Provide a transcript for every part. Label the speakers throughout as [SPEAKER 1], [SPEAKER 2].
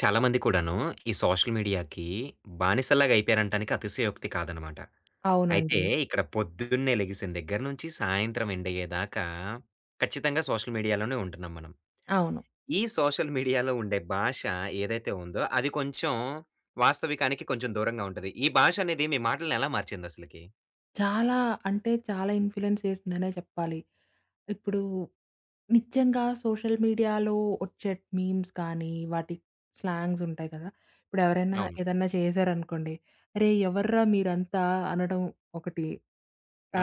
[SPEAKER 1] చాలామంది కూడాను ఈ సోషల్ మీడియాకి బానిసలాగా అయిపోయారంటానికి అతిశయోక్తి కాదనమాట. అయితే
[SPEAKER 2] అవునండి.
[SPEAKER 1] ఇక్కడ పొద్దున్నే లెగిసిన దగ్గర నుంచి సాయంత్రం ఎండ్ అయ్యేదాకా ఖచ్చితంగా సోషల్ మీడియాలోనే ఉంటున్నాం మనం.
[SPEAKER 2] అవును.
[SPEAKER 1] ఈ సోషల్ మీడియాలో ఉండే భాష ఏదైతే ఉందో అది కొంచెం వాస్తవికానికి కొంచెం దూరంగా ఉంటది. ఈ భాష అనేది మీ మాటల్ని ఎలా మార్చిందసలకి?
[SPEAKER 2] చాలా అంటే చాలా ఇన్‌ఫ్లూయెన్స్ చేసిందనే చెప్పాలి. ఇప్పుడు నిజంగా సోషల్ మీడియాలో వచ్చే మీమ్స్ కానీ, వాటి స్లాంగ్స్ ఉంటాయి కదా! ఇప్పుడు ఎవరైనా
[SPEAKER 1] అవును.
[SPEAKER 2] ఏదన్నా చేశారనుకోండి, "అరేయ్! ఎవర్రా మీరంతా" అనడం ఒకటి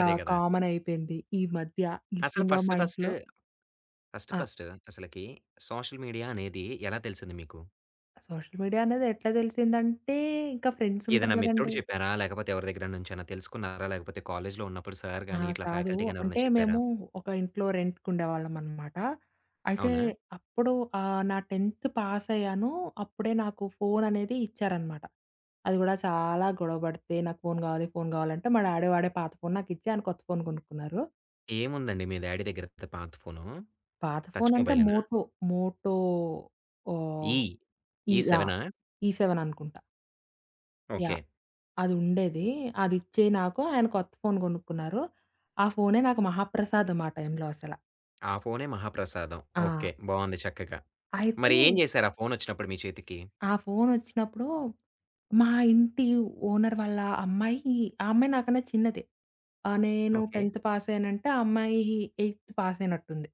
[SPEAKER 1] అదే గదా!
[SPEAKER 2] కామన్ అయిపోయింది. ఈ మధ్య
[SPEAKER 1] అసలు
[SPEAKER 2] నిజంగా
[SPEAKER 1] ఫస్ట్
[SPEAKER 2] మా
[SPEAKER 1] ఫస్ట్,
[SPEAKER 2] ఇంట్లో
[SPEAKER 1] ఫస్ట్
[SPEAKER 2] ఆ!
[SPEAKER 1] ఫస్ట్ అసలకి సోషల్ మీడియా అనేది ఎలా తెలిసింది మీకు?
[SPEAKER 2] సోషల్ మీడియా అనేది ఎట్లా తెలిసిందంటే, ఇంకా ఫ్రెండ్స్ ఉంటారు
[SPEAKER 1] ఏదైనా మిత్రుడు
[SPEAKER 2] కదండీ!
[SPEAKER 1] చెప్పారా? లేకపోతే ఎవరి దగ్గర నుంచైనా తెలుసుకున్నారా? లేకపోతే కాలేజీలో ఉన్నప్పుడు సార్
[SPEAKER 2] ఆ!
[SPEAKER 1] గాని, ఇట్లా
[SPEAKER 2] కాదు.
[SPEAKER 1] ఫ్యాకల్టీ గాని
[SPEAKER 2] అంటే
[SPEAKER 1] ఎవరైనా చెప్పారా?
[SPEAKER 2] మేము ఒక ఇంట్లో రెంట్‌కుండేవాళ్ళం అనమాట. అయితే
[SPEAKER 1] అవునా?
[SPEAKER 2] అప్పుడు నా 10థ్ పాస్ అయ్యాను. అప్పుడే నాకు ఫోన్ అనేది ఇచ్చారనమాట. అది కూడా చాలా గొడవ పడితే నాకు ఫోన్ కావాలి, ఫోన్ కావాలంటే మా డాడీ వాడే పాత ఫోన్ నాకిచ్చి ఆయన కొత్త ఫోన్ కొనుక్కున్నారు.
[SPEAKER 1] ఏముందండి మీ డ్యాడీ దగ్గర పాత ఫోను?
[SPEAKER 2] పాత
[SPEAKER 1] టచ్
[SPEAKER 2] ఫోన్ అంటే
[SPEAKER 1] మొబైలేనా?
[SPEAKER 2] మోటో, మోటో ఓహ్!
[SPEAKER 1] ఈ
[SPEAKER 2] ఈ యాహ్!
[SPEAKER 1] E7ఆ?
[SPEAKER 2] ఈ సెవెన్ అనుకుంటా. యాహ్!
[SPEAKER 1] ఓకే.
[SPEAKER 2] అది ఉండేది. అది ఇచ్చి నాకు ఆయన కొత్త ఫోన్ కొనుక్కున్నారు. ఆ ఫోనే నాకు మహాప్రసాదం ఆ టైంలో అసల.
[SPEAKER 1] ఆ ఫోనే మహాప్రసాదం.
[SPEAKER 2] ఆ!
[SPEAKER 1] ఓకే, బావుంది చక్కగా.
[SPEAKER 2] అయితే
[SPEAKER 1] మరి ఏం చేశారు ఆ ఫోనొచ్చినప్పుడు మీ చేతికి?
[SPEAKER 2] ఆ ఫోనొచ్చినప్పుడు మా ఇంటి ఓనర్ వాళ్ళ అమ్మాయి ఆ అమ్మాయి నాకన్నా చిన్నదే. నేను
[SPEAKER 1] ఓకే.
[SPEAKER 2] 10థ్ పాస్ అయ్యానంటే, ఆ అమ్మాయి 8థ్ పాస్ అయినట్టుంది.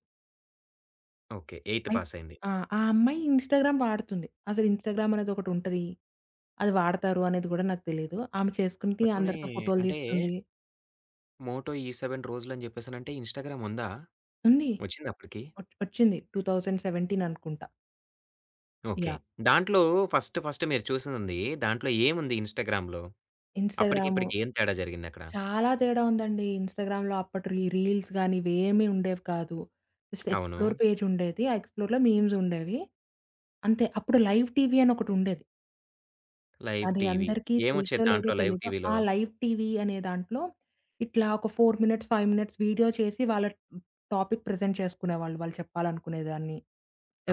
[SPEAKER 1] ఓకే, ఎయిత్
[SPEAKER 2] అయిత్
[SPEAKER 1] పాస్ అయింది.
[SPEAKER 2] ఆ! ఆ అమ్మాయి ఇన్‌స్టాగ్రామ్ వాడుతుంది. అసలు ఇన్‌స్టాగ్రామ్ అనేది ఒకటుంటది. అది వాడతారు అనేది గూడా నాకు తెలీదు. ఆమె చేసుకుంటే
[SPEAKER 1] అప్పట్లోనే
[SPEAKER 2] అందరితో ఫోటోలు
[SPEAKER 1] అంటే
[SPEAKER 2] తీస్తుంది.
[SPEAKER 1] మోటో E7 రోజులని చెప్పేసనంటే ఇన్‌స్టాగ్రామ్ ఉందా?
[SPEAKER 2] ఉంది.
[SPEAKER 1] వచ్చిందా అప్పటికి?
[SPEAKER 2] వచ్చింది. 2017 అనుకుంటా.
[SPEAKER 1] ఓకే.
[SPEAKER 2] యాహ్!
[SPEAKER 1] దాంట్లో ఫస్ట్ ఫస్ట్ మీరు చూసింది దాంట్లో ఏముంది ఇన్‌స్టాగ్రామ్‌లో? అప్పటికి,
[SPEAKER 2] ఇన్‌స్టాగ్రాము
[SPEAKER 1] ఇప్పటికి ఏం తేడా జరిగిందక్కడ?
[SPEAKER 2] చాలా తేడా ఉందండి. ఇన్‌స్టాగ్రామ్‌లో అప్పటి రీల్స్ గాని, ఇవేమీ ఉండేవి కాదు. జస్ట్
[SPEAKER 1] అవును.
[SPEAKER 2] ఎక్స్‌ప్లోర్ పేజ్ ఉండేది. ఆ ఎక్స్‌ప్లోర్‌లో మీమ్స్ ఉండేవి. అంతే. అప్పుడు లైవ్ టీవీ అని ఒకటుండేది.
[SPEAKER 1] లైవ్
[SPEAKER 2] అది
[SPEAKER 1] టీవీ.
[SPEAKER 2] అందరికీ తెలుసో
[SPEAKER 1] ఏమొచ్చేది
[SPEAKER 2] లేదో
[SPEAKER 1] దాంట్లో లైవ్
[SPEAKER 2] తెలీదు. ఆ
[SPEAKER 1] టీవీలో?
[SPEAKER 2] లైవ్ టీవీ అనే దాంట్లో ఇట్లా ఒక 4 మినిట్స్, 5 మినిట్స్ వీడియో చేసి వాళ్ళ టాపిక్ ప్రెజెంట్ చేసుకునేవాళ్ళు. వాళ్ళు చెప్పాలనుకునే దాన్ని.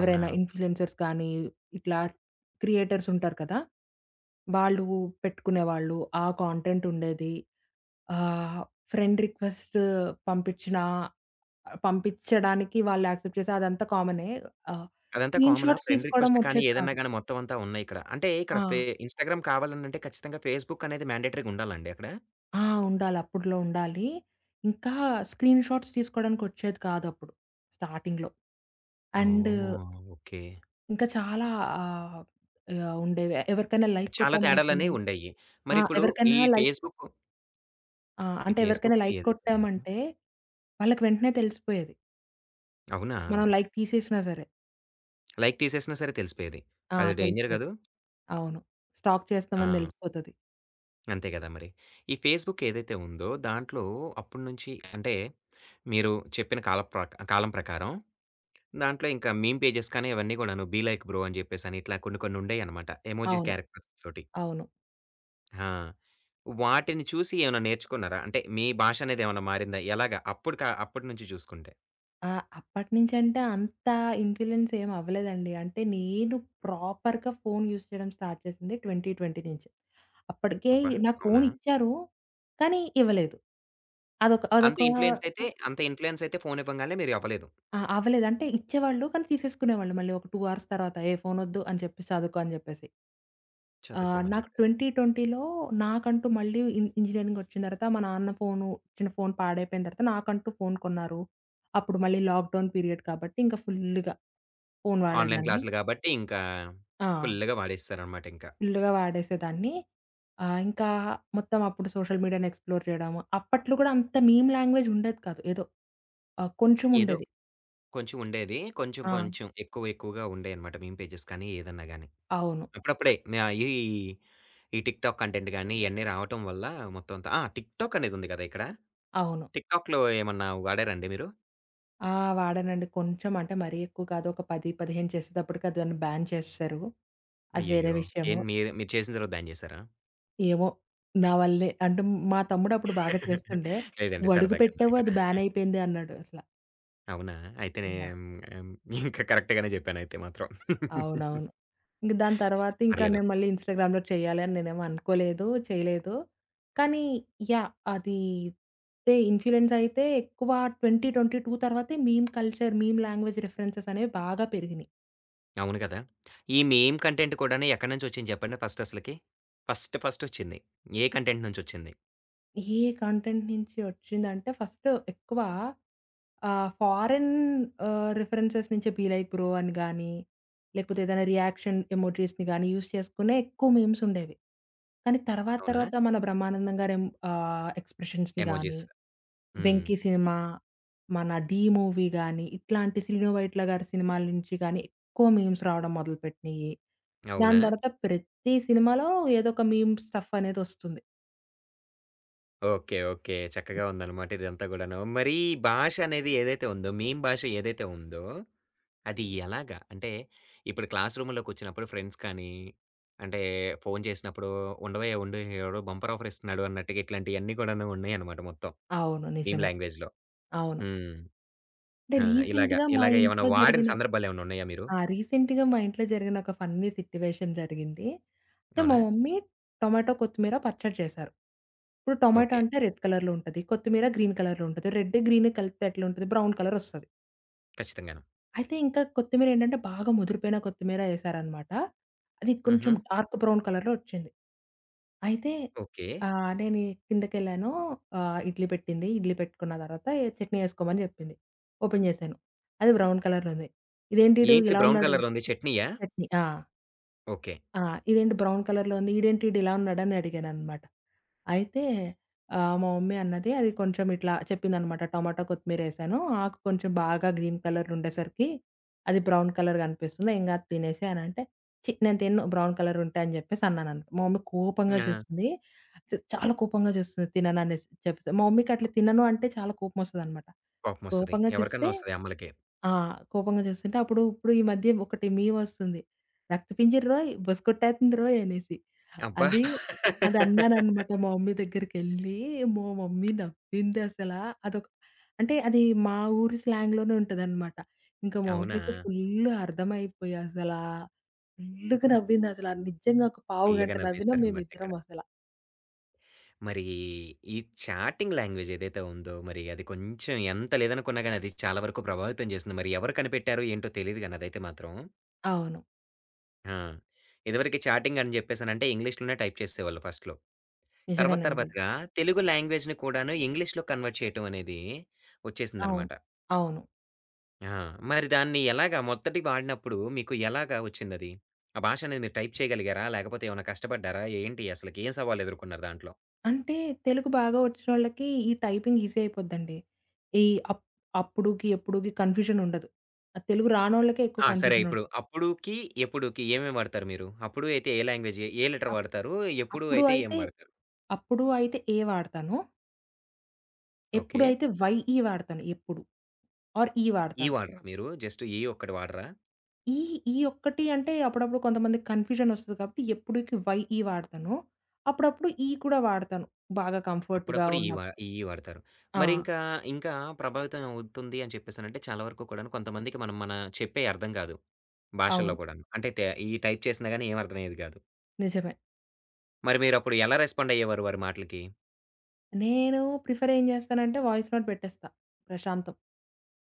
[SPEAKER 1] అవునా?
[SPEAKER 2] ఇన్‌ఫ్లుయెన్సర్స్ కానీ, ఇట్లా క్రియేటర్స్ ఉంటారు కదా! వాళ్ళు పెట్టుకునేవాళ్ళు. ఆ కాంటెంట్ ఉండేది. ఆహ్, ఫ్రెండ్ రిక్వెస్ట్ పంపించినా పంపించడానికి వాళ్ళు యాక్సెప్ట్ చేసే అదంతా కామనే. ఆహ్,
[SPEAKER 1] అదంతా
[SPEAKER 2] స్క్రీన్
[SPEAKER 1] కామనా?
[SPEAKER 2] షాట్స్
[SPEAKER 1] ఫ్రెండ్
[SPEAKER 2] తీసుకోవడం
[SPEAKER 1] రిక్వెస్ట్ కానీ,
[SPEAKER 2] వచ్చేది
[SPEAKER 1] ఏదన్నా
[SPEAKER 2] కాదు.
[SPEAKER 1] గాని మొత్తం అంతా ఉన్నాయిక్కడ. అంటే ఇక్కడ
[SPEAKER 2] ఆ!
[SPEAKER 1] ఇన్‌స్టాగ్రామ్ కావాలనంటే ఖచ్చితంగా ఫేస్‌బుక్ అనేది మ్యాండేటరీ‌గా ఉండాలండి అక్కడ?
[SPEAKER 2] ఆ! ఉండాలి. అప్పట్లో ఉండాలి. ఇంకా స్క్రీన్ షాట్స్ తీసుకోవడానికి వచ్చేది కాదప్పుడు స్టార్టింగ్‌లో. And
[SPEAKER 1] oh, okay.
[SPEAKER 2] ఇంకా చాలా ఆహ్, యాహ్! ఉండేవి. ఎవరికైనా లైక్
[SPEAKER 1] చాలా
[SPEAKER 2] కొట్టామనుకోండి
[SPEAKER 1] తేడాలనేవి ఉండేయి.
[SPEAKER 2] ఆ!
[SPEAKER 1] మరిప్పుడు ఈ
[SPEAKER 2] ఎవరికైనా లైక్
[SPEAKER 1] ఫేస్‌బుక్,
[SPEAKER 2] ఆ!
[SPEAKER 1] ఈ
[SPEAKER 2] అంటే ఎవరికైనా
[SPEAKER 1] ఫేస్‌బుక్
[SPEAKER 2] లైక్
[SPEAKER 1] ఏదైతే ఉందో
[SPEAKER 2] కొట్టామంటే వాళ్ళకి వెంటనే తెలిసిపోయేది.
[SPEAKER 1] అవునా?
[SPEAKER 2] మనం లైక్ తీసేసినా సరే.
[SPEAKER 1] లైక్ తీసేసినా సరే తెలిసిపోయేది.
[SPEAKER 2] ఆ!
[SPEAKER 1] అది డేంజర్
[SPEAKER 2] తెలిసిపోయేది.
[SPEAKER 1] కాదు?
[SPEAKER 2] అవును. స్టాక్
[SPEAKER 1] ఆ!
[SPEAKER 2] చేస్తామని దెలిసిపోతది.
[SPEAKER 1] అంతే కదా మరి. ఈ ఫేస్‌బుక్ ఏదైతే ఉందో దాంట్లో అప్పటి నుంచి అంటే మీరు చెప్పిన కాలం ప్రకారం దాంట్లో ఇంకా మీమ్ పేజెస్ కానీ అవన్నీ కూడాను బీ లైక్ బ్రో అని చెప్పేసని ఇట్లా కొన్ని కొన్ని ఉండేయన్నమాట. ఎమోజి
[SPEAKER 2] అవును.
[SPEAKER 1] క్యారెక్టర్స్ తోటి.
[SPEAKER 2] అవును.
[SPEAKER 1] ఆ! వాటిని చూసి ఏమైనా నేర్చుకున్నారా? అంటే మీ భాష అనేది ఏమైనా మారిందా? ఎలాగా? అప్పుడు అప్పటి నుంచి చూసుకుంటే.
[SPEAKER 2] ఆ! అప్పటినుంచి అంటే అంత ఇన్‌ఫ్లూయెన్స్ ఏమి అవ్వలేదండి. అంటే నేను ప్రాపర్‌గా ఫోను యూజ్ చేయడం స్టార్ట్ చేసింది 2020 నుంచి. అప్పటికే
[SPEAKER 1] అబ్బా!
[SPEAKER 2] నాకు
[SPEAKER 1] అవునా?
[SPEAKER 2] ఫోను ఇచ్చారు. కానీ ఇవ్వలేదు. అదొక అదొక
[SPEAKER 1] అంత ఇన్‌ఫ్లూయెన్స్ అయితే ఫోన్ ఇవ్వంగానే మీరు అవ్వలేదు.
[SPEAKER 2] ఆ! అవ్వలేదు. అంటే ఇచ్చేవాళ్ళు కానీ తీసేసుకునేవాళ్ళు మళ్ళీ ఒక 2 అవర్స్ తర్వాత. ఏ ఫోనొద్దు అని చెప్పేసి చదువుకో అని జెప్పేసి.
[SPEAKER 1] చదువుకోమని
[SPEAKER 2] నాకు
[SPEAKER 1] చెప్పేసి.
[SPEAKER 2] 2020లో నాకంటూ మళ్ళీ ఇంజినీరింగ్ వచ్చిన తర్వాత మా నాన్న ఫోను ఇచ్చిన ఫోను పాడైపోయిన తర్వాత నాకంటూ ఫోను కొన్నారు. అప్పుడు మళ్ళీ లాక్‌డౌన్ పీరియడ్ కాబట్టి ఇంకా ఫుల్లుగా ఫోను
[SPEAKER 1] ఆన్‌లైన్
[SPEAKER 2] వాడేదాన్ని.
[SPEAKER 1] క్లాసులు కాబట్టి ఇంకా
[SPEAKER 2] ఆ!
[SPEAKER 1] ఫుల్‌గా వాడేసేసారన్నమాట ఇంకా.
[SPEAKER 2] ఫుల్లుగా వాడేసేదాన్ని. ఇంకా మొత్తం అప్పుడు సోషల్ మీడియాని ఎక్స్‌ప్లోర్ చేయడము. అప్పట్లో కూడా అంత మీమ్ లాంగ్వేజ్ ఉండేది కాదు. ఏదో కొంచెం
[SPEAKER 1] ఏదో
[SPEAKER 2] ఉండేది.
[SPEAKER 1] కొంచెం ఉండేది. కొంచెం
[SPEAKER 2] ఆ!
[SPEAKER 1] కొంచెం ఎక్కువ ఎక్కువగా ఉండేయన్నమాట మీమ్ పేజెస్ కానీ, ఏదన్నా గాని.
[SPEAKER 2] అవును.
[SPEAKER 1] అప్పుడప్పుడే న ఈ, ఈ టిక్‌టాక్ కంటెంట్ గాని ఇయన్నీ రావటం వల్ల మొత్తం అంతా ఆ! టిక్‌టాక్ అనేదుంది గదా ఇక్కడ.
[SPEAKER 2] అవును.
[SPEAKER 1] టిక్‌టాక్‌లో ఏమన్నా వాడారండి మీరు?
[SPEAKER 2] ఆ! వాడానండి. కొంచెం అంటే మరీ ఎక్కువ కాదు. ఒక 10, 15 చేసేటప్పటికి అది దాన్ని బ్యాన్ చేసేశారు. అది వేరే
[SPEAKER 1] అయ్యయ్యో!
[SPEAKER 2] విషయము.
[SPEAKER 1] ఏం మీరు మీరు చేసిన తర్వాత బ్యాన్ చేసారా?
[SPEAKER 2] ఏమో! నా వల్లే. అంటే మా తమ్ముడప్పుడు బాగా చేస్తుండే.
[SPEAKER 1] లేదండి,
[SPEAKER 2] "నువ్వడుగు
[SPEAKER 1] సరదాగా అన్నాను
[SPEAKER 2] పెట్టావు
[SPEAKER 1] ఇక్కడ.
[SPEAKER 2] అది బ్యాన్ అయిపోయింది" అన్నాడు అసల.
[SPEAKER 1] అవునా? అయితే నే
[SPEAKER 2] యాహ్!
[SPEAKER 1] హ్మ్, ఇంకా కరెక్ట్ గానే జెప్పానయితే మాత్రం.
[SPEAKER 2] అవునవును. ఇంక దాని తర్వాత ఇంకా
[SPEAKER 1] పర్లేదు.
[SPEAKER 2] నేను మళ్ళీ ఇన్‌స్టాగ్రామ్‌లో చేయాలి అని నేనేమి అనుకోలేదు, చేయలేదు. కానీ యాహ్! అది తే ఇన్‌ఫ్లూయెన్స్ అయితే ఎక్కువ 2022 తర్వాతే meme culture, meme language references అనేవి బాగా పెరిగినియి.
[SPEAKER 1] అవును గదా! ఈ మీమ్ కంటెంట్ కూడాను ఎక్కడి నుంచొచ్చింది జెప్పండి ఫస్ట్ అసలకి? ఫస్ట్ ఫస్ట్ ఒచ్చింది. ఏ కంటెంట్ నుంచొచ్చింది?
[SPEAKER 2] ఏ కంటెంట్ నుంచి ఒచ్చిందంటే ఫస్ట్ ఎక్కువ ఫారెన్ రిఫరెన్సెస్ నుంచే బీ లైక్ బ్రో అని గాని, లేకపోతే ఏదైనా రియాక్షన్ ఎమోజీస్‌ని గాని యూజ్ చేసుకునే ఎక్కువ మీమ్స్ ఉండేవి. కానీ తర్వాత
[SPEAKER 1] అవునా?
[SPEAKER 2] తర్వాత మన బ్రహ్మానందం గారి ఎం ఎక్స్‌ప్రెషన్స్‌ని గాని,
[SPEAKER 1] ఎమోజిస్. హ్మ్.
[SPEAKER 2] 'వెంకి' సినిమా, మన 'ఢీ' మూవీ గాని, ఇట్లాంటి శ్రీను వైట్ల గారి సినిమాల నుంచి గాని ఎక్కువ మీమ్స్ రావడం మొదలుపెట్టినియి. దాని
[SPEAKER 1] అవునా?
[SPEAKER 2] తర్వాత ప్రతి సినిమాలో ఏదో ఒక మీమ్ స్టఫ్ అనేది వస్తుంది.
[SPEAKER 1] ఓకే. ఓకే, చక్కగా
[SPEAKER 2] యాహ్!
[SPEAKER 1] ఉందన్నమాట ఇదంతా గూడాను. మరి ఈ భాష అనేది ఏదైతే ఉందో, మీమ్ భాష ఏదైతే ఉందో, అది ఎలాగా? అంటే ఇప్పుడు క్లాస్ రూమ్‌లో కూర్చున్నప్పుడు ఫ్రెండ్స్ కానీ, అంటే ఫోను చేసినప్పుడు "ఉండవే ఉండు ఎవడో బంపర్ ఆఫర్ ఇస్తున్నాడు" అన్నట్టుగా ఇట్లాంటియన్నీ కూడాను ఉన్నాయన్నమాట మొత్తం
[SPEAKER 2] అవును.
[SPEAKER 1] మీమ్
[SPEAKER 2] నిజమే.
[SPEAKER 1] లాంగ్వేజ్‌లో.
[SPEAKER 2] అవును.
[SPEAKER 1] హ్మ్.
[SPEAKER 2] అంటే
[SPEAKER 1] ఆ!
[SPEAKER 2] రీసెంట్‌గా మా
[SPEAKER 1] ఇలాగ ఏమైనా
[SPEAKER 2] ఇంట్లో
[SPEAKER 1] వాడిన
[SPEAKER 2] జరిగిన
[SPEAKER 1] సందర్భాలేమన్నా ఉన్నాయా మీరు?
[SPEAKER 2] ఆ! రీసెంట్‌గా మా ఇంట్లో జరిగిన ఒక ఫన్నీ సిట్యుయేషన్ జరిగింది. అయితే మా
[SPEAKER 1] అవునా?
[SPEAKER 2] మమ్మీ టొమాటో, కొత్తిమీర పచ్చడి చేశారు. ఇప్పుడు టొమాటో
[SPEAKER 1] ఓకే,
[SPEAKER 2] అంటే రెడ్ కలర్‌లో ఉంటది. కొత్తిమీర గ్రీన్ కలర్‌లో ఉంటది. రెడ్, గ్రీన్ కలిపితే ఎట్లుంటది బ్రౌన్ కలర్ ఒస్తది.
[SPEAKER 1] ఖచ్చితంగాను.
[SPEAKER 2] అయితే ఇంకా కొత్తిమీర ఏంటంటే బాగా ముదిరిపోయిన కొత్తిమీర ఎశారనమాట. అది కొంచెం
[SPEAKER 1] హుహు.
[SPEAKER 2] డార్క్ బ్రౌన్ కలర్‌లో ఒచ్చింది. అయితే
[SPEAKER 1] ఓకే.
[SPEAKER 2] నేను కిందకెళ్ళాను. ఇడ్లీ పెట్టింది. ఇడ్లీ పెట్టుకున్న తర్వాత ఏ చట్నీ ఎసుకోమని జెప్పింది. ఓపెన్ జేశాను. అది బ్రౌన్ కలర్‌లో ఉంది. ఇదేంటీడు
[SPEAKER 1] ఏంటిది,
[SPEAKER 2] ఇలా
[SPEAKER 1] బ్రౌన్
[SPEAKER 2] ఉన్నాడు
[SPEAKER 1] కలర్‌లో ఉంది చట్నీయా?
[SPEAKER 2] చట్నీ. ఆ!
[SPEAKER 1] ఓకే.
[SPEAKER 2] ఆ! ఇదేంటి బ్రౌన్ కలర్‌లో ఉంది. ఈడేంటి ఈడు ఇలా ఉన్నాడని అడిగాననమాట. అయితే మా మమ్మీ అన్నది అది కొంచెం ఇట్లా చెప్పిందనమాట. టమాటా కొత్తిమీరేసాను. ఆకు కొంచెం బాగా గ్రీన్ కలర్ ఉండేసరికి అది బ్రౌన్ కలర్ కనిపిస్తుంది. ఏం కాదు తినేసేయ్ అనంటే, ఛీ! నేను తినను బ్రౌన్ కలర్ ఉంటే అని చెప్పేసి అన్నాననమాట. మా మమ్మీ కోపంగా
[SPEAKER 1] ఆ!
[SPEAKER 2] చూస్తుంది. చాలా కోపంగా చూస్తుంది తినననేసి చెప్పేసి. మా మమ్మీకి అట్లా తినను అంటే చాలా కోపమొస్తదనమాట.
[SPEAKER 1] కోపమొస్తది.
[SPEAKER 2] కోపంగా చూస్తే
[SPEAKER 1] ఎవరికన్నా ఒస్తది అమ్మలకే.
[SPEAKER 2] ఆ! కోపంగా చూస్తుంటే అప్పుడు ఇప్పుడు ఈ మధ్య ఒకటి మీమొస్తుంది. "రక్త పింజరోయ్ బొసకొట్టేత్తందిరోయ్" అనేసి.
[SPEAKER 1] అబ్బా!
[SPEAKER 2] అది అది అన్నాననమాట మా మమ్మీ దగ్గరికెళ్ళి. మా మమ్మీ నవ్వింది అసలా. అదొక అంటే అది మా ఊరి స్లాంగ్‌లోనే ఉంటదనమాట. ఇంకా మా
[SPEAKER 1] అవునా?
[SPEAKER 2] మమ్మీకి ఫుల్ అర్థమైపోయి అసలా ఫుల్లుగా నవ్విందసల. నిజంగా ఒక
[SPEAKER 1] ఫుల్లుగా
[SPEAKER 2] పావుగంట నవ్వినాం
[SPEAKER 1] నవ్వేసారనమాటిక్కడ.
[SPEAKER 2] మేమిద్దరం అసల.
[SPEAKER 1] మరి ఈ చాటింగ్ లాంగ్వేజ్ ఏదైతే ఉందో, మరి అది కొంచెం ఎంత లేదనుకున్నా గాని, అది చాలా వరకు ప్రభావితం చేసింది. మరి ఎవరు కనిపెట్టారో ఏంటో తెలీదు గాని అదైతే మాత్రం.
[SPEAKER 2] అవును.
[SPEAKER 1] ఆ! ఇదివరకి చాటింగ్ అని జెప్పేసనంటే ఇంగ్లీష్‌లోనే టైప్ చేసేవాళ్ళు ఫస్ట్‌లో. తర్వాత
[SPEAKER 2] నిజమేనండి.
[SPEAKER 1] తర్వాతగా తెలుగు లాంగ్వేజ్‌ని కూడాను ఇంగ్లీష్‌లో కన్వర్ట్ చేయటం అనేది
[SPEAKER 2] అవును.
[SPEAKER 1] ఒచ్చేసిందనమాట.
[SPEAKER 2] అవును.
[SPEAKER 1] ఆ! మరి దాన్ని ఎలాగా మొదటికి వాడినప్పుడు మీకు ఎలాగా వచ్చిందది? ఆ భాష అనేది మీరు టైప్ చేయగలిగారా? లేకపోతే ఏమైనా కష్టపడ్డారా? ఏంటి అసలకి? ఏం సవాళ్ళు ఎదుర్కొన్నారు దాంట్లో?
[SPEAKER 2] అంటే తెలుగు బాగా వచ్చినోళ్ళకి ఈ టైపింగ్ ఈజీ అయిపోద్దండి. ఈ అప్ అప్పుడుకి, ఎప్పుడుకి కన్‌ఫ్యూజన్ ఉండదు. ఆ తెలుగు రానోళ్ళకే ఎక్కువ
[SPEAKER 1] ఆ! సరే
[SPEAKER 2] కన్‌ఫ్యూజన్
[SPEAKER 1] ఇప్పుడు
[SPEAKER 2] ఉంటుంది.
[SPEAKER 1] అప్పుడుకి, ఎప్పుడుకి ఏమేమి వాడతారు మీరు? అప్పుడు అయితే ఏ లాంగ్వేజ్ ఏ లెటర్
[SPEAKER 2] అప్
[SPEAKER 1] వాడతారు? ఎప్పుడు
[SPEAKER 2] అప్పుడు
[SPEAKER 1] అయితే ఏం
[SPEAKER 2] అయితే
[SPEAKER 1] వాడతారు?
[SPEAKER 2] అప్పుడు అయితే ఏ వాడతాను.
[SPEAKER 1] ఓకే.
[SPEAKER 2] ఎప్పుడైతే వై, ఈ వాడతాను. ఎప్పుడు ఆర్ ఈ
[SPEAKER 1] 'ఈ'
[SPEAKER 2] వాడతాను.
[SPEAKER 1] వాడరా మీరు? జస్ట్ 'ఈ' ఒక్కటి వాడరా?
[SPEAKER 2] ఈ ఈ ఒక్కటి అంటే అప్పుడప్పుడు కొంతమందికి కన్‌ఫ్యూజన్ వస్తది కాబట్టి ఎప్పుడుకి వై, ఈ వాడతాను. అప్పుడప్పుడు ఈ కూడా వాడతాను. బాగా కంఫర్ట్‌గా
[SPEAKER 1] అప్పుడప్పుడు
[SPEAKER 2] ఉన్నప్పుడు.
[SPEAKER 1] 'ఈ' వాడతారు.
[SPEAKER 2] ఆ!
[SPEAKER 1] మరి ఇంకా ప్రభావితం అవుతుంది అని చెప్పేసనంటే చాలా వరకు కూడాను కొంతమందికి మనం మన చెప్పేయి అర్థం కాదు. భాషల్లో
[SPEAKER 2] అవును.
[SPEAKER 1] కూడాను. అంటే తే ఈ టైప్ చేసినా గాని ఏమి అర్థమయ్యేది కాదు.
[SPEAKER 2] నిజమే.
[SPEAKER 1] మరి మీరప్పుడు ఎలా రెస్పాండ్ అయ్యేవారు వారి మాటలకి?
[SPEAKER 2] నేను ప్రిఫర్ ఏం చేస్తానంటే వాయిస్ నోట్ పెట్టేస్తా. ప్రశాంతం.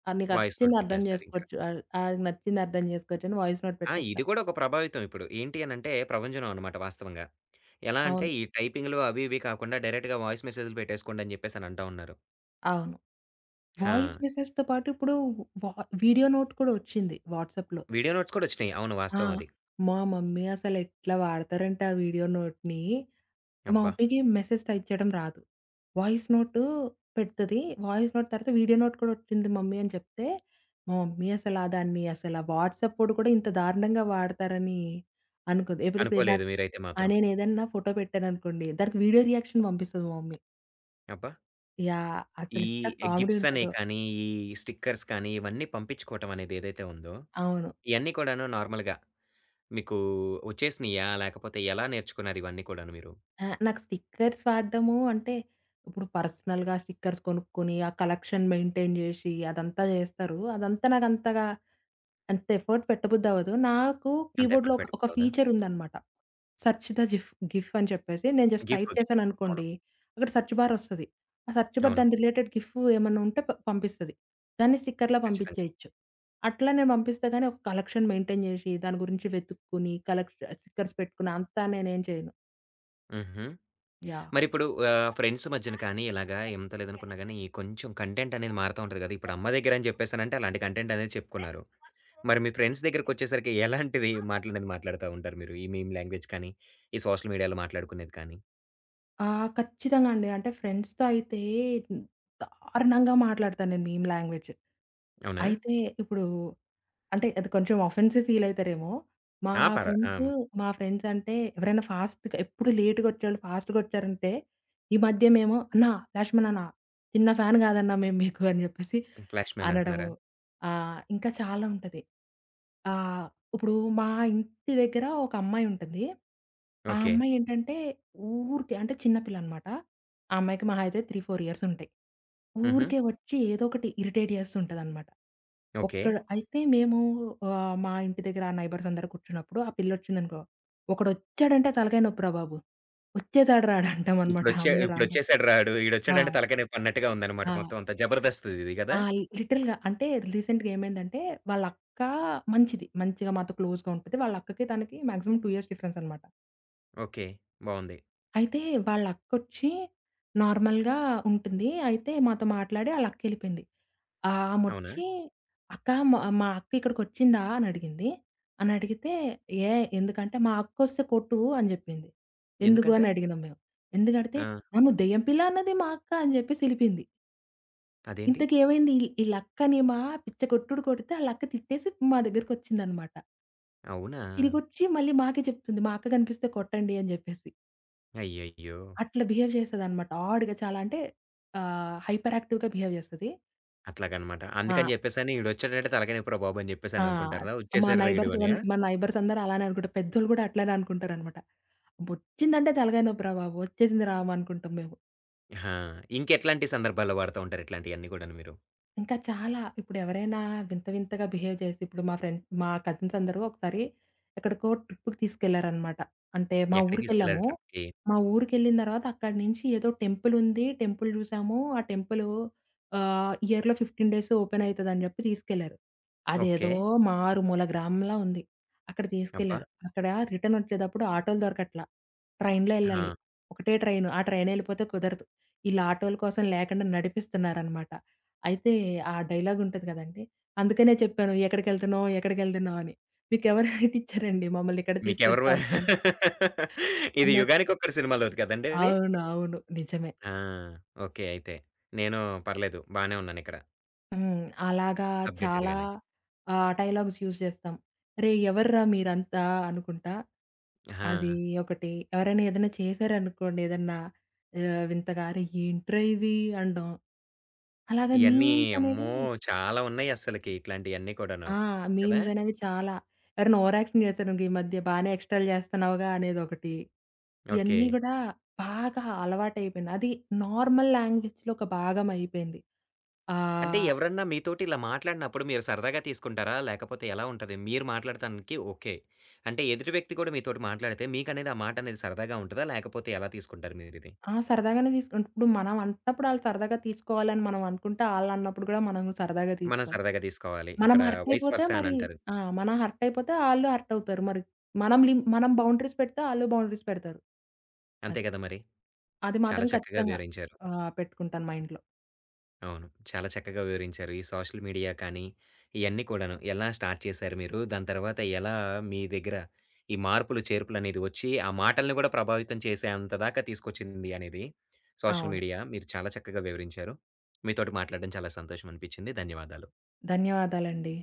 [SPEAKER 2] అది నీకు
[SPEAKER 1] వాయిస్
[SPEAKER 2] నచ్చింది
[SPEAKER 1] నోట్
[SPEAKER 2] అర్థం
[SPEAKER 1] పెట్టేస్తారింకా.
[SPEAKER 2] చేసుకోవచ్చు. ఆడికి నచ్చింది అర్థం చేసుకోవచ్చు అని వాయిస్ నోట్
[SPEAKER 1] ఆ!
[SPEAKER 2] పెట్టేస్తా.
[SPEAKER 1] ఇది కూడా ఒక ప్రభావితం ఇప్పుడు. ఏంటి అనంటే ప్రభంజనం అనమాట వాస్తవంగా. ఎలా అంటే
[SPEAKER 2] అవును.
[SPEAKER 1] ఈ టైపింగ్‌లు అవి ఇవి కాకుండా డైరెక్ట్‌గా వాయిస్ మెసేజ్‌లు పెట్టేసుకోండి అని చెప్పేసని అంటా ఉన్నారు.
[SPEAKER 2] అవును.
[SPEAKER 1] ఆ!
[SPEAKER 2] వాయిస్ మెసేజ్‌తో పాటు ఇప్పుడు వా వీడియో నోట్ కూడా వచ్చింది వాట్సాప్‌లో.
[SPEAKER 1] వీడియో నోట్స్ కూడా వచ్చినాయి. అవును,
[SPEAKER 2] ఆ!
[SPEAKER 1] వాస్తవం అది.
[SPEAKER 2] మా మమ్మీ అసలు ఎట్లా వాడతారంటే ఆ వీడియో నోట్‌ని. మా
[SPEAKER 1] అబ్బా!
[SPEAKER 2] మమ్మీకి మెసేజ్ టైప్ చేయడం రాదు. వాయిస్ నోటు పెడతది. వాయిస్ నోట్ తర్వాత వీడియో నోట్ కూడా వచ్చింది మమ్మీ అని చెప్తే, మా మమ్మీ అసల దాన్ని అసల వాట్సాపోడు కూడా ఇంత దారుణంగా వాడతారని అనుకోదు. ఇప్పుడిప్పుడు
[SPEAKER 1] అనుకోలేదు
[SPEAKER 2] నాకు
[SPEAKER 1] మీరైతే
[SPEAKER 2] ఆ!
[SPEAKER 1] మాత్రం.
[SPEAKER 2] నేనేదన్నా ఫోటో పెట్టాననుకోండి, దానికి వీడియో రియాక్షన్ పంపిస్తది మా మమ్మీ.
[SPEAKER 1] అబ్బా!
[SPEAKER 2] యాహ్!
[SPEAKER 1] ఈ
[SPEAKER 2] అసలెంత కామెడీ
[SPEAKER 1] గిఫ్ట్స్ అనేయి
[SPEAKER 2] ఉంటదో.
[SPEAKER 1] కానీ, ఈ స్టిక్కర్స్ కానీ ఇవన్నీ పంపించుకోవటం అనేది ఏదైతే ఉందో,
[SPEAKER 2] అవును.
[SPEAKER 1] ఇయన్నీ కూడాను నార్మల్‌గా మీకు వచ్చేసినాయా? లేకపోతే ఎలా నేర్చుకున్నారు ఇవన్నీ కూడాను మీరు?
[SPEAKER 2] నాకు స్టిక్కర్స్ వాడడము అంటే, ఇప్పుడు పర్సనల్‌గా స్టిక్కర్స్ కొనుక్కొని, ఆ కలెక్షన్ మెయింటైన్ జేసి, అదంతా జేస్తారు. అదంతా నాకంతగా అంత ఎఫర్ట్ పెట్టబుద్దవ్వదు. నాకు
[SPEAKER 1] అంత
[SPEAKER 2] కీబోర్డ్‌లో
[SPEAKER 1] ఎఫర్ట్
[SPEAKER 2] ఒక ఒక
[SPEAKER 1] పెట్టబుద్దవుదా?
[SPEAKER 2] ఫీచరుందనమాట. సెర్చ్ ద జిఫ్ గిఫ్ అని చెప్పేసి, నేను జస్ట్ టైప్
[SPEAKER 1] గిఫ్ట్. అవును.
[SPEAKER 2] చేశాననుకోండి, అక్కడ సెర్చ్ బారొస్తది. ఆ సెర్చ్ బార్
[SPEAKER 1] అవును.
[SPEAKER 2] దాని రిలేటెడ్ గిఫ్ ఏమన్నా ఉంటే పంపిస్తది. దాన్ని స్టిక్కర్‌లా
[SPEAKER 1] ఖచ్చితంగా.
[SPEAKER 2] పంపించేయచ్చు. అట్లా నేను పంపిస్తా గానీ, ఒక కలెక్షన్ మెయింటైన్ జేసి, దాని గురించి వెతుక్కొని, స్టిక్కర్స్ పెట్టుకుని అంతా నేనేం చేయను.
[SPEAKER 1] హుహు.
[SPEAKER 2] యాహ్!
[SPEAKER 1] మరిప్పుడు ఆహ్, ఫ్రెండ్స్ మధ్యన కానీ ఇలాగా ఎంత లేదనుకున్నా గానీ, కొంచెం కంటెంట్ అనేది మారతా ఉంటది గదా! ఇప్పుడు అమ్మ దగ్గర అని చెప్పేసానంటే అలాంటి కంటెంట్ అనేది చెప్పుకున్నారు. మరి మీ ఫ్రెండ్స్ దగ్గరికొచ్చేసరికి ఎలాంటిది మాటలనేది మాట్లాడుతా ఉంటారు మీరు? ఈ మీమ్ లాంగ్వేజ్ కానీ, ఈ సోషల్ మీడియాలో మాట్లాడుకునేది కానీ.
[SPEAKER 2] ఆ! ఖచ్చితంగా అండి. అంటే ఫ్రెండ్స్‌తో అయితే దారుణంగా మాట్లాడతాను నేను మీమ్ లాంగ్వేజ్.
[SPEAKER 1] అవునా?
[SPEAKER 2] అయితే ఇప్పుడు అంటే అది కొంచెం ఆఫెన్సివ్ ఫీల్ అయితారేమో. మా
[SPEAKER 1] ఆ!
[SPEAKER 2] ఫ్రెండ్స్ మా ఫ్రెండ్స్ అంటే ఎవరైనా ఫాస్ట్‌గా ఎప్పుడు లేట్‌గా వచ్చేవాళ్ళు ఫాస్ట్‌గా వచ్చారంటే, ఈ మధ్య మేము "అన్నా లక్ష్మణ్ అన్నా చిన్న ఫ్యాన్ కాదన్నా మేము మీకు" అని చెప్పేసి
[SPEAKER 1] ఫ్లాష్ మ్యాన్
[SPEAKER 2] అనడము.
[SPEAKER 1] అంటున్నారా?
[SPEAKER 2] ఇంకా చాలా ఉంటది. ఆహ్, ఇప్పుడు మా ఇంటి దగ్గర ఒక అమ్మాయి ఉంటుంది. ఆ
[SPEAKER 1] ఓకే.
[SPEAKER 2] అమ్మాయి ఏంటంటే ఊరికే అంటే చిన్న పిల్ల అన్నమాట. ఆ అమ్మాయికి మహా అయితే 3, 4 ఇయర్స్ ఉంటాయి.
[SPEAKER 1] హుహు.
[SPEAKER 2] ఊరికే వచ్చి ఏదో ఒకటి ఇరిటేట్ చేస్తూ ఉంటదన్నమాట.
[SPEAKER 1] ఓకే.
[SPEAKER 2] ఒక్కడ అయితే మేము మా ఇంటి దగ్గర ఆ నైబర్స్ అందరూ కూర్చున్నప్పుడు ఆ పిల్లొచ్చిందనుకో, ఒకడొచ్చాడంటే తలకాయ నొప్పిరా బాబు. వచ్చేసాడు రాడు అంటామనమాట. ఆ అమ్మాయి రాగానే.
[SPEAKER 1] ఇప్పుడొచ్చేసాడు రాడు.
[SPEAKER 2] ఆ!
[SPEAKER 1] ఈడొచ్చాడంటే తలకాయ నొప్పి అన్నట్టుగా ఉందన్నమాట
[SPEAKER 2] ఆ!
[SPEAKER 1] మొత్తం అంతా. జబర్దస్త్ ఇది గదా!
[SPEAKER 2] ఆ! లిటరల్‌గా అంటే రీసెంట్‌గా ఏమైందంటే వాళ్ళక్క మంచిది. మంచిగా మాతో క్లోజ్‌గా ఉంటది. వాళ్ళ అక్కకి తనకి మాక్సిమం 2 ఇయర్స్ డిఫరెన్స్ అనమాట.
[SPEAKER 1] ఓకే, బావుంది.
[SPEAKER 2] అయితే వాళ్ళ అక్కొచ్చి నార్మల్‌గా ఉంటుంది. అయితే మాతో మాట్లాడి ఆళ్ళ అక్కెళ్ళిపోయింది.
[SPEAKER 1] అవునా?
[SPEAKER 2] ఆమొచ్చి "అక్క మా మా అక్క ఇక్కడికొచ్చిందా?" అని అడిగింది. అని అడిగితే, "ఏ ఎందుకంటే మా అక్కొస్తే కొట్టు" అని జెప్పింది. "ఎందుకు?"
[SPEAKER 1] ఎందుకంట?
[SPEAKER 2] అని అడిగినాం మేము. ఎందుకడిగితే,
[SPEAKER 1] ఆ!
[SPEAKER 2] "ఆ! నువ్వు దెయ్యం పిల్ల అన్నది మా అక్క" అని జెప్పేసి ఎళ్ళిపోయింది.
[SPEAKER 1] అదేంటి?
[SPEAKER 2] ఇంతకి ఏమైంది ఈళ్ళక్కని మా పిచ్చ కొట్టుడు కొడితే ఆళ్ళక్క తిట్టేసి మా దగ్గరకొచ్చిందనమాట.
[SPEAKER 1] అవునా?
[SPEAKER 2] తిరిగొచ్చి మళ్ళీ మాకే చెప్తుంది, "మా అక్క గనిపిస్తే కొట్టండి" అని జెప్పేసి.
[SPEAKER 1] అయ్యయ్యో!
[SPEAKER 2] అట్లా బిహేవ్ చేస్తదనమాట. ఆడ్‌గా చాలా అంటే హైపర్ యాక్టివ్‌గా బిహేవ్ చేస్తది.
[SPEAKER 1] అట్లాగనమాట.
[SPEAKER 2] ఆ!
[SPEAKER 1] అందుకని జెప్పేసని ఈడొచ్చాడంటే తలకాయ నొప్పిరా బాబు! అని
[SPEAKER 2] ఆ!
[SPEAKER 1] జెప్పేసననుకుంటారా?
[SPEAKER 2] మా
[SPEAKER 1] ఒచ్చేసాడురా ఈడు
[SPEAKER 2] నైబర్స్
[SPEAKER 1] అని.
[SPEAKER 2] అన్ మా నైబర్స్ అందరూ అలానే అనుకుంటారు. పెద్దోళ్ళు కూడా అట్లనే అనుకుంటారనమాట. "వచ్చిందంటే తలకాయ నొప్పిరా బాబు! వచ్చేసిందిరా" అనుకుంటాం మేము.
[SPEAKER 1] ఆహా! ఇంకెట్లాంటి సందర్భాల్లో వాడుతా ఉంటారు ఇట్లాంటియన్నీ గూడాను మీరు?
[SPEAKER 2] ఇంకా చాలా. ఇప్పుడెవరైనా వింత వింతగా బిహేవ్ చేసి ఇప్పుడు మా ఫ్రెండ్ మా కజిన్స్ అందరూ ఒకసారి ఎక్కడికో ట్రిప్‌కి తీసుకెళ్లారనమాట. అంటే మా
[SPEAKER 1] ఎక్కడికి తీసుకెళ్లారు
[SPEAKER 2] ఊరికెళ్ళాము.
[SPEAKER 1] ట్రిప్‌కి?
[SPEAKER 2] మా ఊరికెళ్ళిన తర్వాత అక్కడి నుంచి ఏదో టెంపులుంది. టెంపుల్ చూసాము. ఆ టెంపులు ఇయర్‌లో 15 డేస్ ఓపెన్ అయితదని చెప్పి తీసుకెళ్లారు. అదేదో
[SPEAKER 1] ఓకే.
[SPEAKER 2] మారుమూల గ్రామంలా ఉంది. అక్కడ
[SPEAKER 1] అబ్బా!
[SPEAKER 2] తీసుకెళ్లారు. అక్కడ రిటర్న్ వచ్చేటప్పుడు ఆటోలు దొరకట్లా. ట్రైన్‌లో ఎళ్ళాలి.
[SPEAKER 1] ఆ!
[SPEAKER 2] ఒకటే ట్రైను. ఆ ట్రైన్ ఎళ్ళిపోతే కుదరదు. ఈళ్ళు ఆటోల కోసం లేకుండా నడిపిస్తున్నారనమాట. అయితే ఆ డైలాగ్ ఉంటది కదండీ! అందుకనే చెప్పాను ఎక్కడికెళ్తున్నావు? ఎక్కడికెళ్తున్నావు? అని. మీకెవరైనా ఇచ్చారండి మమ్మల్ని ఇక్కడ తీసుకొచ్చి
[SPEAKER 1] మీకెవరు
[SPEAKER 2] చంపడానికి
[SPEAKER 1] ఇది
[SPEAKER 2] అన్నట్టు.
[SPEAKER 1] 'యుగానికొక్కడు' సినిమాలోది కదండీ ఇది?
[SPEAKER 2] అవును. అవును. నిజమే.
[SPEAKER 1] ఆ! ఓకే, అయితే. నేను పర్లేదు బానే ఉన్నానిక్కడ.
[SPEAKER 2] హ్మ్. అలాగా
[SPEAKER 1] అప్‌డేటెడ్
[SPEAKER 2] చాలా
[SPEAKER 1] గానే.
[SPEAKER 2] డైలాగ్స్ యూజ్ చేస్తాం. "రేయ్! ఎవర్రా మీరంతా?" అనుకుంటా.
[SPEAKER 1] ఆహా!
[SPEAKER 2] అది ఒకటి. ఎవరైనా ఏదైనా చేశారనుకోండి ఏదన్నా వింతగా "అరె! ఏంట్రా ఇది?" అనడం. అలాగే
[SPEAKER 1] ఇయన్నీ
[SPEAKER 2] మీమ్స్ అనేవి
[SPEAKER 1] అమ్మో! చాలా ఉన్నాయస్సలకి ఇట్లాంటియన్నీ కూడాను.
[SPEAKER 2] ఆ!
[SPEAKER 1] కదా!
[SPEAKER 2] మీమ్స్ అనేవి చాలా. ఎవరైనా ఓవర్ యాక్షన్ చేశారనుకో ఈ మధ్య బానే ఎక్స్ట్రాలు చేస్తున్నావుగా అనేదొకటి.
[SPEAKER 1] ఓకే.
[SPEAKER 2] ఇయన్నీ గూడా బాగా అలవాటయిపోయింది. అది నార్మల్ లాంగ్వేజ్‌లో ఒక భాగం అయిపోయింది.
[SPEAKER 1] అంటే
[SPEAKER 2] ఆహ్,
[SPEAKER 1] ఎవరన్నా మీతోటి ఇలా మాట్లాడినప్పుడు మీరు సరదాగా తీసుకుంటారా? లేకపోతే ఎలా ఉంటది? మీరు మాట్లాడటానికి ఓకే. అంటే ఎదుటి వ్యక్తి కూడా మీతోటి మాట్లాడితే మీకనేది ఆ మాట అనేది సరదాగా ఉంటదా? లేకపోతే ఎలా తీసుకుంటారు మీరిది?
[SPEAKER 2] ఆ! సరదాగానే తీసుకుంట ఇప్పుడు మనం అన్నప్పుడు ఆళ్ళు సరదాగా తీసుకోవాలని మనం అనుకుంటే, ఆళ్ళన్నప్పుడు గూడా మనం సరదాగా
[SPEAKER 1] మనం
[SPEAKER 2] తీసుకోవాలి.
[SPEAKER 1] సరదాగా తీసుకోవాలి.
[SPEAKER 2] మనం
[SPEAKER 1] ఇక్కడ
[SPEAKER 2] హర్ట్
[SPEAKER 1] వైస్
[SPEAKER 2] అయిపోతే
[SPEAKER 1] వర్సా
[SPEAKER 2] మరి
[SPEAKER 1] అనంటారు.
[SPEAKER 2] ఆ! మనం హర్ట్ అయిపోతే ఆళ్ళు హర్ట్ అవుతారు. మరి మనం బౌండరీస్ పెడితే ఆళ్ళు బౌండరీస్ పెడతారు.
[SPEAKER 1] అంతే
[SPEAKER 2] అది.
[SPEAKER 1] కదా మరి!
[SPEAKER 2] అది
[SPEAKER 1] చాలా
[SPEAKER 2] మాత్రం
[SPEAKER 1] చక్కగా
[SPEAKER 2] ఖచ్చితంగా
[SPEAKER 1] వివరించారు.
[SPEAKER 2] పెట్టుకుంటాను మైండ్‌లో.
[SPEAKER 1] అవును, చాలా చక్కగా వివరించారు. ఈ సోషల్ మీడియా కానీ, ఇయన్నీ కూడాను. ఎలా స్టార్ట్ చేశారు మీరు? దాని తర్వాత ఎలా మీ దగ్గర ఈ మార్పులు, చేర్పులనేది వచ్చి, ఆ మాటలను కూడా ప్రభావితం చేసేంత దాకా తీసుకొచ్చింది అనేది సోషల్
[SPEAKER 2] అవును.
[SPEAKER 1] మీడియా. మీరు చాలా చక్కగా వివరించారు. మీతోటి మాట్లాడడం చాలా సంతోషమనిపించింది. ధన్యవాదాలు.
[SPEAKER 2] ధన్యవాదాలండి.